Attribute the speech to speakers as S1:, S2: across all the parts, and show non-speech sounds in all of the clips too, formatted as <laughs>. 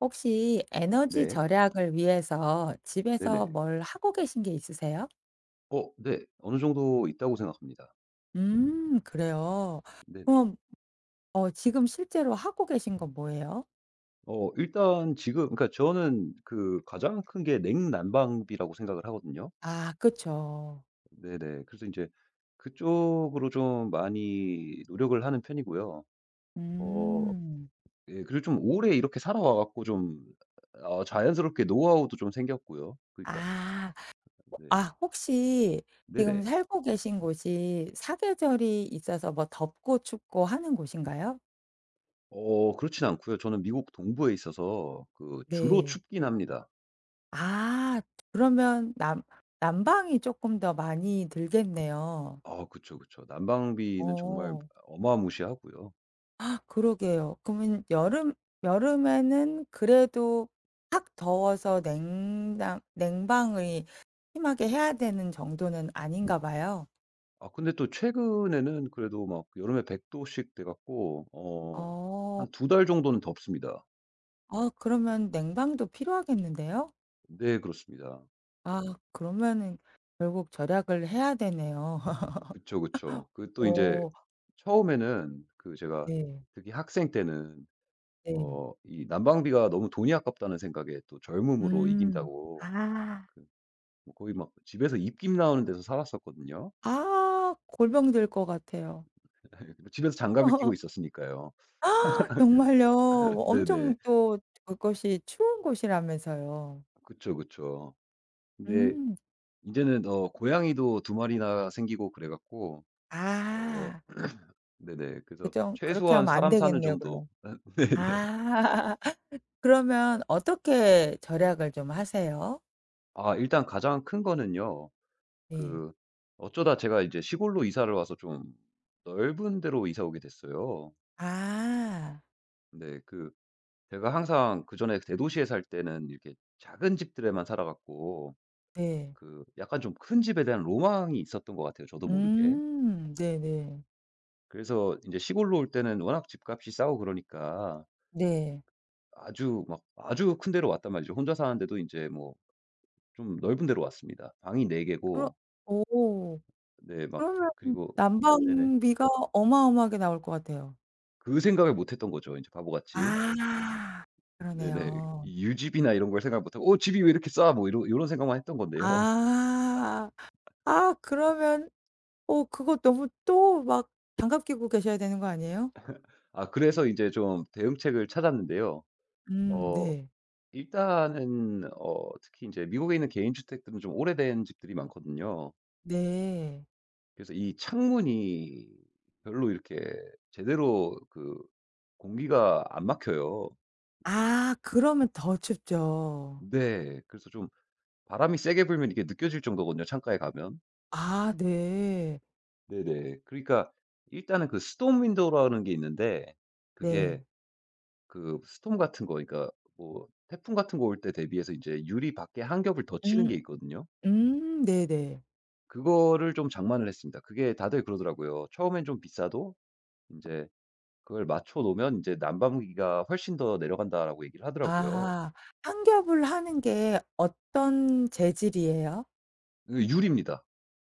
S1: 혹시 에너지
S2: 네.
S1: 절약을 위해서 집에서
S2: 네네.
S1: 뭘 하고 계신 게 있으세요?
S2: 네. 어느 정도 있다고 생각합니다.
S1: 음, 그래요.
S2: 네네.
S1: 그럼 지금 실제로 하고 계신 건 뭐예요?
S2: 일단 지금 그러니까 저는 그 가장 큰 게 냉난방비라고 생각을 하거든요.
S1: 아, 그쵸.
S2: 네네. 그래서 이제 그쪽으로 좀 많이 노력을 하는 편이고요. 어
S1: 음.
S2: 예, 그리고 좀 오래 이렇게 살아와 갖고 좀 자연스럽게 노하우도 좀 생겼고요. 그러니까.
S1: 아.
S2: 네.
S1: 아, 혹시 지금
S2: 네네.
S1: 살고 계신 곳이 사계절이 있어서 뭐 덥고 춥고 하는 곳인가요?
S2: 그렇진 않고요. 저는 미국 동부에 있어서 그 주로
S1: 네.
S2: 춥긴 합니다.
S1: 아, 그러면 난 난방이 조금 더 많이 들겠네요.
S2: 아, 그쵸, 그쵸. 난방비는 정말
S1: 어.
S2: 어마무시하고요.
S1: 그러게요. 그러면 여름에는 그래도 확 더워서 냉담 냉방을 심하게 해야 되는 정도는 아닌가 봐요.
S2: 아, 근데 또 최근에는 그래도 막 여름에 100도 도씩 돼 갖고
S1: 어.
S2: 한 두 달 정도는 덥습니다.
S1: 아, 그러면 냉방도 필요하겠는데요?
S2: 네, 그렇습니다.
S1: 아, 그러면은 결국 절약을 해야 되네요. <laughs>
S2: 그쵸, 그쵸. 그 또 이제
S1: 어,
S2: 처음에는 그 제가
S1: 네.
S2: 특히 학생 때는
S1: 네.
S2: 이 난방비가 너무 돈이 아깝다는 생각에 또 젊음으로
S1: 음.
S2: 이긴다고
S1: 아.
S2: 그뭐 거의 막 집에서 입김 나오는 데서 살았었거든요.
S1: 아 골병 들 것 같아요.
S2: <laughs> 집에서 장갑을 끼고
S1: <laughs>
S2: 있었으니까요.
S1: 정말요.
S2: <laughs> 네네.
S1: 엄청 또 그것이 추운 곳이라면서요.
S2: 그쵸, 그쵸. 근데
S1: 음.
S2: 이제는 고양이도 두 마리나 생기고 그래 갖고. 어
S1: 아.
S2: 네네.
S1: 그
S2: 그래서
S1: 좀 그렇게
S2: 최소한
S1: 하면 안
S2: 사람 사는
S1: 되겠네요
S2: 정도.
S1: 그럼.
S2: <laughs> 네네.
S1: 아. <laughs> 그러면 어떻게 절약을 좀 하세요?
S2: 아, 일단 가장 큰 거는요.
S1: 네.
S2: 그, 어쩌다 제가 이제 시골로 이사를 와서 좀 넓은 데로 이사 오게 됐어요.
S1: 아.
S2: 근데 그 제가 항상 그전에 대도시에 살 때는 이렇게 작은 집들에만 살아 갖고
S1: 네.
S2: 그 약간 좀 큰 집에 대한 로망이 있었던 것 같아요, 저도 모르게.
S1: 음. 네네.
S2: 그래서 이제 시골로 올 때는 워낙 집값이 싸고 그러니까
S1: 네.
S2: 아주 막 아주 큰 데로 왔단 말이죠. 혼자 사는데도 인제 뭐 좀 넓은 데로 왔습니다. 방이 4개
S1: 그러
S2: 개고.
S1: 오.
S2: 네 막
S1: 그러면
S2: 그리고. 네네.
S1: 난방비가 어마어마하게 나올 것 같아요.
S2: 그 생각을 못 했던 거죠 인제, 바보같이.
S1: 아.
S2: 네네.
S1: 그러네요.
S2: 이 유지비나 이런 걸 생각 못 하고 '어 집이 왜 이렇게 싸?' 뭐 이런 요런 생각만 했던 건데요. <laughs>
S1: 아. 아 그러면 그거 너무 또 막 장갑 끼고 계셔야 되는 거 아니에요?
S2: 아, 그래서 이제 좀 대응책을 찾았는데요.
S1: 음,
S2: 어
S1: 네.
S2: 일단은 특히 인제 미국에 있는 개인 주택들은 좀 오래된 집들이 많거든요.
S1: 네.
S2: 그래서 이 창문이 별로 이렇게 제대로 그 공기가 안 막혀요.
S1: 아, 그러면 더 춥죠.
S2: 네. 그래서 좀 바람이 세게 불면 이게 느껴질 정도거든요, 창가에 가면.
S1: 아, 네.
S2: 네네. 그러니까 일단은 그 스톰 윈도우라는 게 있는데, 그게,
S1: 네.
S2: 그 스톰 같은 거 그러니까 뭐 태풍 같은 거 올 때 대비해서 이제 유리 밖에 한 겹을 더 치는 게
S1: 음.
S2: 있거든요.
S1: 음, 네네.
S2: 그거를 좀 장만을 했습니다. 그게 다들 그러더라고요. 처음엔 좀 비싸도 이제 그걸 맞춰 놓으면 이제 난방비가 훨씬 더 내려간다라고 얘기를 하더라고요.
S1: 아, 한겹을 하는 게 어떤 재질이에요?
S2: 그 유리입니다.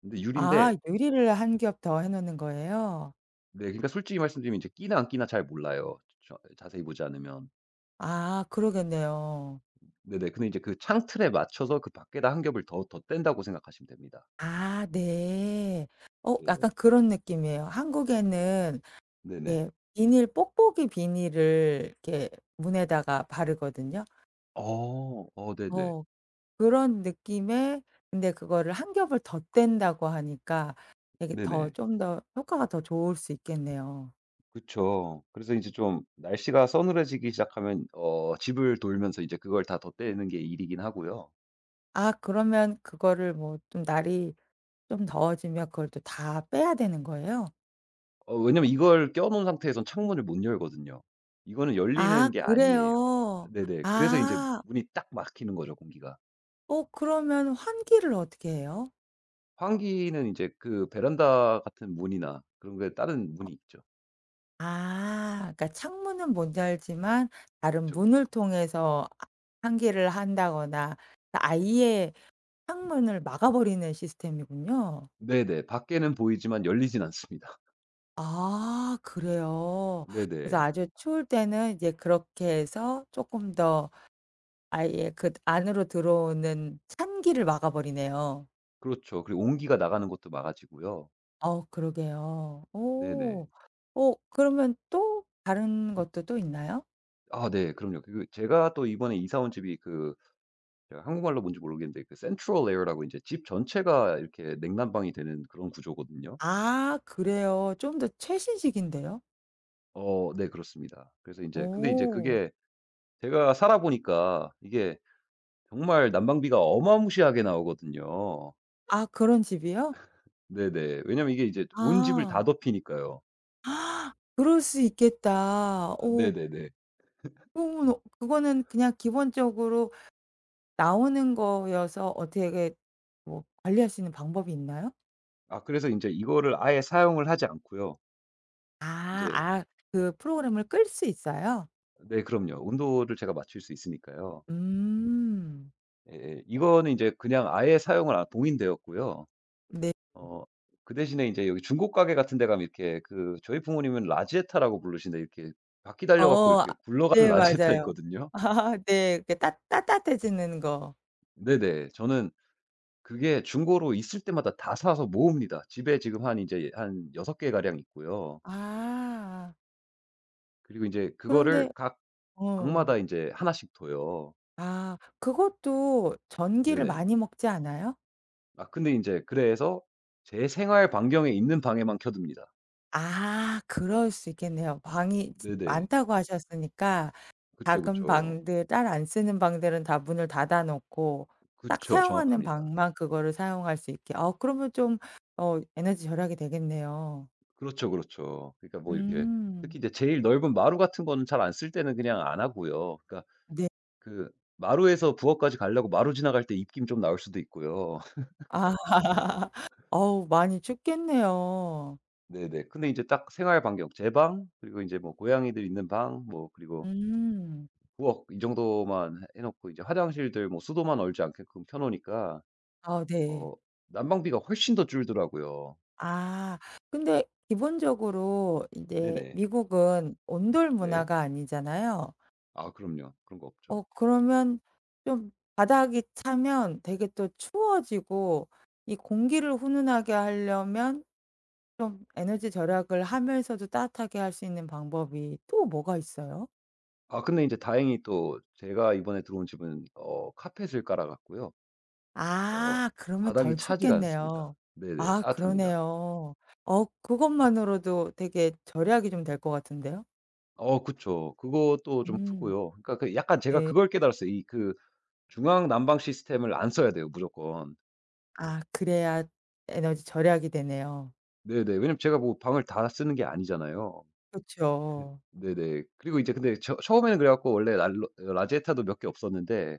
S2: 근데
S1: 아,
S2: 유리인데
S1: 유리를 한 겹 더 해 놓는 거예요?
S2: 네, 그러니까 솔직히 말씀드리면 이제 끼나 안 끼나 잘 몰라요. 저 자세히 보지 않으면.
S1: 아, 그러겠네요.
S2: 네네. 근데 이제 그 창틀에 맞춰서 그 밖에다 한 겹을 더 덧댄다고 생각하시면 됩니다.
S1: 아, 네. 어,
S2: 네네.
S1: 약간 그런 느낌이에요. 한국에는
S2: 네네.
S1: 이렇게 비닐, 뽁뽁이 비닐을 이렇게 문에다가 바르거든요.
S2: 어. 어, 네네.
S1: 어, 그런 느낌에 근데 그거를 한 겹을 덧댄다고 하니까 되게 더
S2: 네네.
S1: 좀 더 효과가 더 좋을 수 있겠네요.
S2: 그쵸. 그래서 인제 좀 날씨가 서늘해지기 시작하면 집을 돌면서 이제 그걸 다 덧대는 게 일이긴 하고요.
S1: 아, 그러면 그거를 뭐 좀 날이 좀 더워지면 그걸 또 다 빼야 되는 거예요?
S2: 왜냐면 이걸 껴 놓은 상태에선 창문을 못 열거든요. 이거는 열리는
S1: 아,
S2: 게 아니에요.
S1: 그래요?
S2: 네네. 그래서 인제
S1: 아.
S2: 문이 딱 막히는 거죠, 공기가.
S1: 어, 그러면 환기를 어떻게 해요?
S2: 환기는 인제 그 베란다 같은 문이나 그런 거에 다른 문이 있죠.
S1: 아, 그러니까 창문은 못 열지만 다른
S2: 그쵸, 그쵸.
S1: 문을 통해서 아, 환기를 한다거나 아예 창문을 막아 버리는 시스템이군요.
S2: 네네. 밖에는 보이지만 열리진 않습니다.
S1: 아,
S2: <laughs>
S1: 그래요? 그래서
S2: 네네.
S1: 아주 추울 때는 이제 그렇게 해서 조금 더 아예 그 안으로 들어오는 찬기를 막아 버리네요.
S2: 그렇죠. 그리고 온기가 나가는 것도 막아지고요.
S1: 어, 그러게요.
S2: 네네.
S1: 오. 어, 그러면 또 다른 것도 또 있나요?
S2: 아, 네. 그럼요. 그, 제가 또 이번에 이사 온 집이, 그 제가 한국말로 뭔지 모르겠는데 그 센트럴 에어라고 인제 집 전체가 이렇게 냉난방이 되는 그런 구조거든요.
S1: 아, 그래요. 좀 더 최신식인데요?
S2: 네, 그렇습니다. 그래서 이제 근데 이제
S1: 오.
S2: 그게 제가 살아 보니까 이게 정말 난방비가 어마무시하게 나오거든요.
S1: 아, 그런 집이요?
S2: 네네. 왜냐면 이게 이제 온 집을
S1: 아.
S2: 다 덮이니까요.
S1: 아, 그럴 수 있겠다.
S2: 아,
S1: 오
S2: 네네네.
S1: 그 그거는 그냥 기본적으로 나오는 거여서 어떻게 뭐 관리할 수 있는 방법이 있나요?
S2: 아, 그래서 이제 이거를 아예 사용을 하지 않고요. 이
S1: 아.
S2: 제
S1: 아. 그 프로그램을 끌 수 있어요?
S2: 네, 그럼요. 온도를 제가 맞출 수 있으니까요.
S1: 음.
S2: 예예. 이거는 이제 그냥 아예 사용을 안 동인되었고요.
S1: 네.
S2: 어 그 대신에 이제 여기 중고 가게 같은 데 가면 이렇게, 그 저희 부모님은 라지에타라고 부르시는데 이렇게 바퀴 달려 갖고
S1: 어. 아,
S2: 이렇게 굴러가는 <laughs>
S1: 네,
S2: 라지에타
S1: 맞아요.
S2: 있거든요.
S1: <laughs> 아, 네. 이렇게 따 따뜻해지는 거.
S2: 네네. 저는 그게 중고로 있을 때마다 다 사서 모읍니다. 집에 지금 한 이제한 6개 개 가량 있고요.
S1: 아.
S2: 그리고 인제
S1: 그런데
S2: 그거를 각
S1: 어.
S2: 방마다 인제 하나씩 둬요.
S1: 아, 그것도 전기를
S2: 네네.
S1: 많이 먹지 않아요?
S2: 아, 근데 인제 그래서 제 생활 반경에 있는 방에만 켜둡니다.
S1: 아, 그럴 수 있겠네요. 방이
S2: 네네.
S1: 많다고 하셨으니까.
S2: 그쵸,
S1: 작은
S2: 그쵸.
S1: 방들 딸 안 쓰는 방들은 다 문을 닫아 놓고 딱
S2: 그쵸.
S1: 사용하는
S2: 정확합니다.
S1: 방만 그거를 사용할 수 있게. 아, 그러면 좀 에너지 절약이 되겠네요.
S2: 그렇죠, 그렇죠. 그러니까 뭐 이렇게 특히
S1: 음.
S2: 이제 제일 넓은 마루 같은 거는 잘 안 쓸 때는 그냥 안 하고요. 그러니까
S1: 네.
S2: 그 마루에서 부엌까지 가려고 마루 지나갈 때 입김 좀 나올 수도 있고요.
S1: 아. <laughs> 어우, 많이 춥겠네요.
S2: 네네. 근데 이제 딱 생활 반경 제 방, 그리고 이제 뭐 고양이들 있는 방, 뭐 그리고
S1: 음.
S2: 부엌 이 정도만 해 놓고 이제 화장실들 뭐 수도만 얼지 않게끔 켜 놓으니까
S1: 아, 네.
S2: 어 난방비가 훨씬 더 줄더라고요.
S1: 아, 근데 기본적으로 인제
S2: 네네.
S1: 미국은 온돌
S2: 네.
S1: 문화가 아니잖아요.
S2: 아, 그럼요. 그런 거 없죠.
S1: 어, 그러면 좀 바닥이 차면 되게 또 추워지고 이 공기를 훈훈하게 하려면 좀 에너지 절약을 하면서도 따뜻하게 할 수 있는 방법이 또 뭐가 있어요?
S2: 아, 근데 인제 다행히 또 제가 이번에 들어온 집은 카펫을 깔아 갖고요. 어
S1: 아, 그러면
S2: 바닥이
S1: 덜
S2: 차지가 않습니다.
S1: 춥겠네요.
S2: 네네.
S1: 아,
S2: 따뜻합니다.
S1: 그러네요. 어, 그것만으로도 되게 절약이 좀 될 것 같은데요.
S2: 그쵸. 그것도 좀
S1: 음,
S2: 크고요. 그러니까 그 약간 제가
S1: 네.
S2: 그걸 깨달았어요. 이그 중앙 난방 시스템을 안 써야 돼요, 무조건.
S1: 아, 그래야 에너지 절약이 되네요.
S2: 네네. 왜냐면 제가 뭐 방을 다 쓰는 게 아니잖아요.
S1: 그죠.
S2: 네네. 그리고 이제 근데 처 처음에는 그래 갖고 원래 난로 라제타도 몇 개 없었는데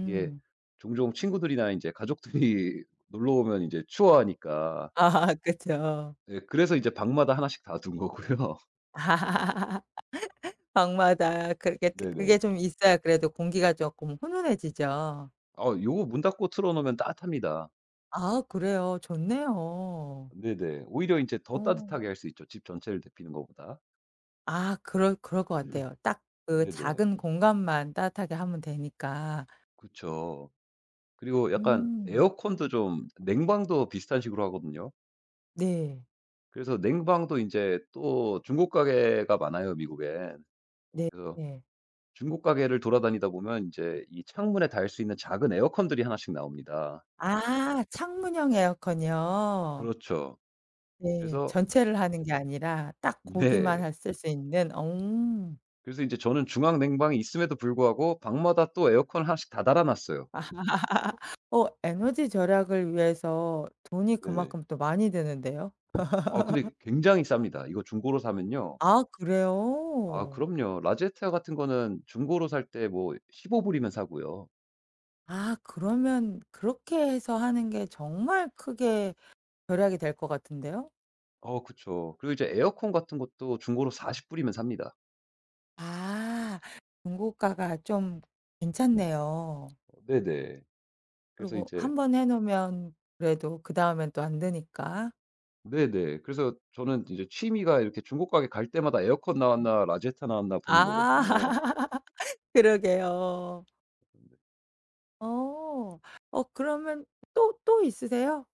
S2: 이게 종종 친구들이나 인제 가족들이 <laughs> 놀러 오면 인제 추워하니까,
S1: 아. <laughs> 그렇죠.
S2: 예, 그래서 이제 방마다 하나씩 다 둔 거고요.
S1: <laughs> 방마다 그렇게
S2: <laughs>
S1: 뜨
S2: 네네.
S1: 그게 좀 있어야 그래도 공기가 쪼끔 훈훈해지죠.
S2: 아, 요거 문 닫고 틀어 놓으면 따뜻합니다.
S1: 아, 그래요. 좋네요.
S2: 네네. 오히려 인제 더
S1: 어.
S2: 따뜻하게 할 수 있죠, 집 전체를 데피는 것보다.
S1: 아, 그럴 것 같아요. 딱 그
S2: 네네.
S1: 작은 공간만 따뜻하게 하면 되니까.
S2: 그쵸. 그리고 약간
S1: 음.
S2: 에어컨도 좀 냉방도 비슷한 식으로 하거든요.
S1: 네.
S2: 그래서 냉방도 인제 또 중국 가게가 많아요, 미국엔.
S1: 네,
S2: 그래서
S1: 네.
S2: 중국 가게를 돌아다니다 보면 인제 이 창문에 달 수 있는 작은 에어컨들이 하나씩 나옵니다.
S1: 아, 창문형 에어컨이요.
S2: 그렇죠.
S1: 네.
S2: 그래서.
S1: 전체를 하는 게 아니라 딱 고기만
S2: 네.
S1: 할 쓸 수 있는. 어.
S2: 그래서 인제 저는 중앙 냉방이 있음에도 불구하고 방마다 또 에어컨 하나씩 다 달아 놨어요.
S1: 아. 어, 에너지 절약을 위해서 돈이
S2: 네네.
S1: 그만큼 또 많이 드는데요.
S2: 아, 근데 굉장히 쌉니다. 이거 중고로 사면요.
S1: 아,
S2: 아,
S1: 그래요?
S2: 그럼요. 라제트 같은 거는 중고로 살 때 뭐 15불 불이면 사고요.
S1: 아, 그러면 그렇게 해서 하는 게 정말 크게 절약이 될 것 같은데요?
S2: 그쵸. 그리고 이제 에어컨 같은 것도 중고로 40불 불이면 삽니다.
S1: 아, 중고가가 좀 괜찮네요.
S2: 네네. 그래서
S1: 그리고
S2: 이제.
S1: 한 번 해 놓으면 그래도 그다음엔 또 안 되니까.
S2: 네네. 그래서 저는 이제 취미가 이렇게 중고 가게 갈 때마다 에어컨
S1: 음.
S2: 나왔나 라제타 나왔나 보는
S1: 아.
S2: 거거든요.
S1: <laughs> 그러게요. 어. 어, 그러면 또 또 있으세요?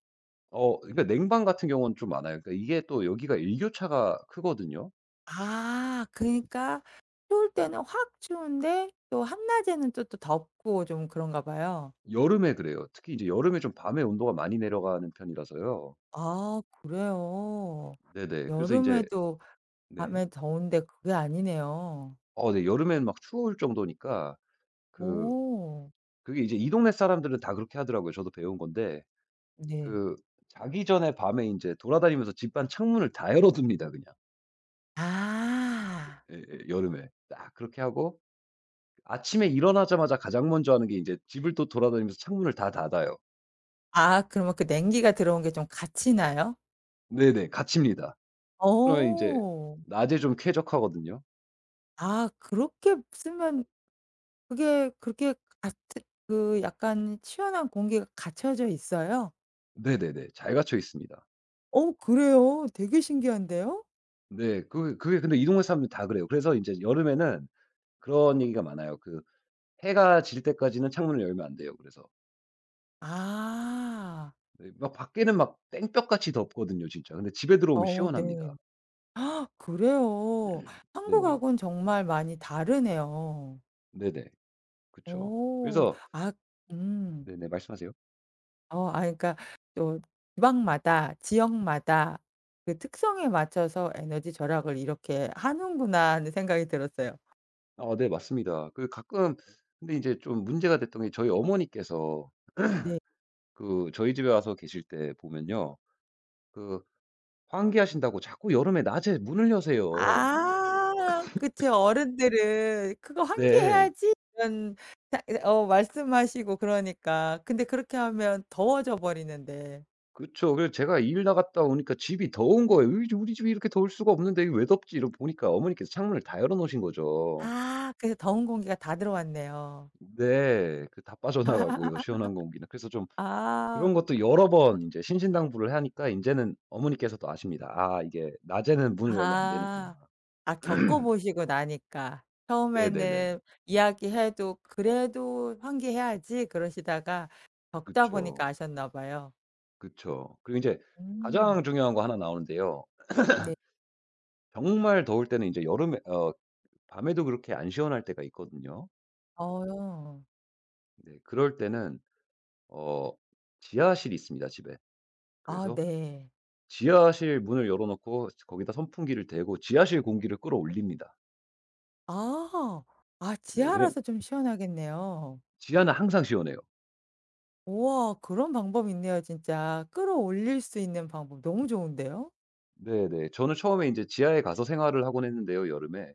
S2: 그러니까 냉방 같은 경우는 좀 많아요. 그러니까 이게 또 여기가 일교차가 크거든요.
S1: 아, 그니까 러 추울 때는 확 추운데 또 한낮에는 또 또 덥고 좀 그런가 봐요.
S2: 여름에 그래요. 특히 이제 여름에 좀 밤에 온도가 많이 내려가는 편이라서요.
S1: 아, 그래요?
S2: 네네. 그래서 이제.
S1: 여름에도
S2: 네.
S1: 밤에 더운데 그게 아니네요.
S2: 네. 여름엔 막 추울 정도니까. 그
S1: 오,
S2: 그게 이제 이 동네 사람들은 다 그렇게 하더라고요, 저도 배운 건데.
S1: 네.
S2: 그, 자기 전에 밤에 인제 돌아다니면서 집안 창문을 다 열어둡니다 그냥.
S1: 아.
S2: 예예. 여름에. 딱 그렇게 하고 아침에 일어나자마자 가장 먼저 하는 게 인제 집을 또 돌아다니면서 창문을 다 닫아요.
S1: 아, 그러면 그 냉기가 들어온 게 좀 갇히나요?
S2: 네네. 갇힙니다. 그러면 인제
S1: 어.
S2: 낮에 좀 쾌적하거든요.
S1: 아, 그렇게 쓰면 그게 그렇게 같은 그 약간 시원한 공기가 갇혀져 있어요?
S2: 네네네. 잘 갇혀 있습니다.
S1: 어, 그래요? 되게 신기한데요?
S2: 네. 그게 근데 이 동네 사람들 다 그래요. 그래서 인제 여름에는 그런 얘기가 많아요. 그, 해가 질 때까지는 창문을 열면 안 돼요, 그래서.
S1: 아.
S2: 네. 막 밖에는 막 땡볕같이 덥거든요, 진짜. 근데 집에 들어오면
S1: 어, 네.
S2: 시원합니다.
S1: 아, 그래요.
S2: 네네.
S1: 한국하고는 정말 많이 다르네요.
S2: 네네. 그쵸.
S1: 오,
S2: 그래서.
S1: 아. 음.
S2: 네네, 말씀하세요.
S1: 어, 아, 그러니까 또 지방마다 지역마다 그 특성에 맞춰서 에너지 절약을 이렇게 하는구나 하는 생각이 들었어요.
S2: 아, 네, 맞습니다. 그 가끔 근데 인제 좀 문제가 됐던 게 저희 어머니께서
S1: 네.
S2: 그 저희 집에 와서 계실 때 보면요. 그, 환기하신다고 자꾸 여름에 낮에 문을 여세요.
S1: 아, 그치, 어른들은 "그거
S2: 네.
S1: 환기해야지." 이런 자 어 말씀하시고 그러니까. 근데 그렇게 하면 더워져 버리는데.
S2: 그쵸. 그래서 제가 일 나갔다 오니까 집이 더운 거예요. "우리 집이 이렇게 더울 수가 없는데 이게 왜 덥지?" 이러고 보니까 어머니께서 창문을 다 열어 놓으신 거죠.
S1: 아, 그래서 더운 공기가 다 들어왔네요.
S2: 네. 그 다 빠져나가고요, 시원한 공기는. 그래서 좀 그런
S1: 아.
S2: 것도 여러 번 이제 신신당부를 하니까 인제는 어머니께서도 아십니다. '아 이게 낮에는 문을 열면 안 되는구나.'
S1: 아. 아, 겪어보시고 나니까.
S2: 네네네.
S1: 처음에는 이야기해도 '그래도 환기해야지.' 그러시다가 겪다
S2: 그쵸.
S1: 보니까 아셨나 봐요.
S2: 그쵸. 그리고 인제 가장
S1: 음.
S2: 중요한 거 하나 나오는데요.
S1: 네.
S2: 정말 더울 때는 인제 여름에 밤에도 그렇게 안 시원할 때가 있거든요.
S1: 어.
S2: 네, 그럴 때는 어 지하실이 있습니다, 집에.
S1: 아,
S2: 그래서
S1: 네.
S2: 지하실 문을 열어 놓고 거기다 선풍기를 대고 지하실 공기를 끌어올립니다.
S1: 아. 아,
S2: 네, 왜냐면
S1: 지하라서 좀 시원하겠네요.
S2: 지하는 항상 시원해요.
S1: 우와, 그런 방법이 있네요, 진짜. 끌어올릴 수 있는 방법 너무 좋은데요?
S2: 네네. 저는 처음에 인제 지하에 가서 생활을 하곤 했는데요, 여름에.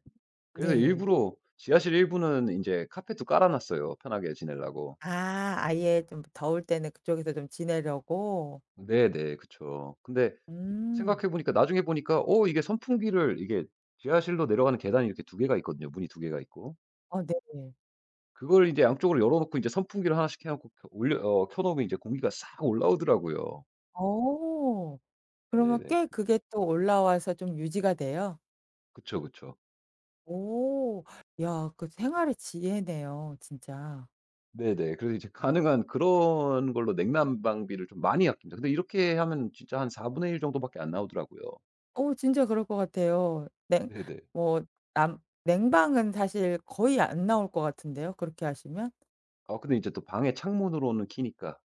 S2: 그래서
S1: 네.
S2: 일부러 지하실 일부는 인제 카펫도 깔아 놨어요, 편하게 지내려고.
S1: 아, 아예 좀 더울 때는 그쪽에서 좀 지내려고.
S2: 네네. 그쵸. 근데
S1: 음.
S2: 생각해 보니까 나중에 보니까 이게 선풍기를 이게 지하실로 내려가는 계단이 이렇게 두 개가 있거든요, 문이 두 개가 있고.
S1: 어, 네.
S2: 그걸 이제 양쪽으로 열어 놓고 이제 선풍기를 하나씩 해 놓고 켜 올려 어 켜 놓으면 이제 공기가 싹 올라오더라고요.
S1: 어. 그러면
S2: 네네.
S1: 꽤 그게 또 올라와서 좀 유지가 돼요?
S2: 그쵸, 그쵸.
S1: 오. 야, 그 생활의 지혜네요, 진짜.
S2: 네네. 그래서 이제 가능한 그런 걸로 냉난 방비를 좀 많이 아낍니다. 근데 이렇게 하면 진짜 한 4분의 1 정도밖에 안 나오더라고요.
S1: 어, 진짜 그럴 것 같아요. 냉
S2: 네네.
S1: 뭐 남 냉방은 사실 거의 안 나올 것 같은데요 그렇게 하시면?
S2: 아, 근데 이제 또 방에 창문으로는 키니까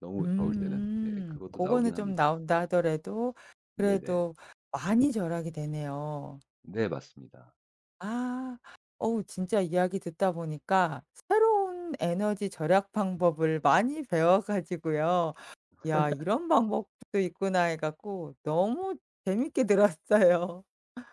S2: 너무 더울 때는, 예,
S1: 음.
S2: 그것도
S1: 고거는
S2: 나오긴
S1: 좀
S2: 합니다.
S1: 나온다 하더라도
S2: 네네.
S1: 그래도 많이 절약이 되네요.
S2: 네, 맞습니다.
S1: 아. 어우, 진짜 이야기 듣다 보니까 새로운 에너지 절약 방법을 많이 배워 가지고요. 야, 이런 방법도 있구나 해 갖고 너무 재밌게 들었어요.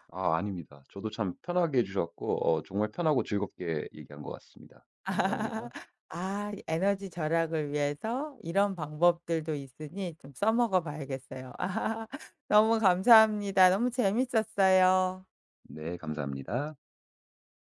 S2: 아, 아닙니다. 저도 참 편하게 해 주셨고 정말 편하고 즐겁게 얘기한 것 같습니다. 감사합니다.
S1: <laughs> 아, 에너지 절약을 위해서 이런 방법들도 있으니 좀 써먹어 봐야겠어요. <laughs> 너무 감사합니다. 너무 재밌었어요.
S2: 네, 감사합니다.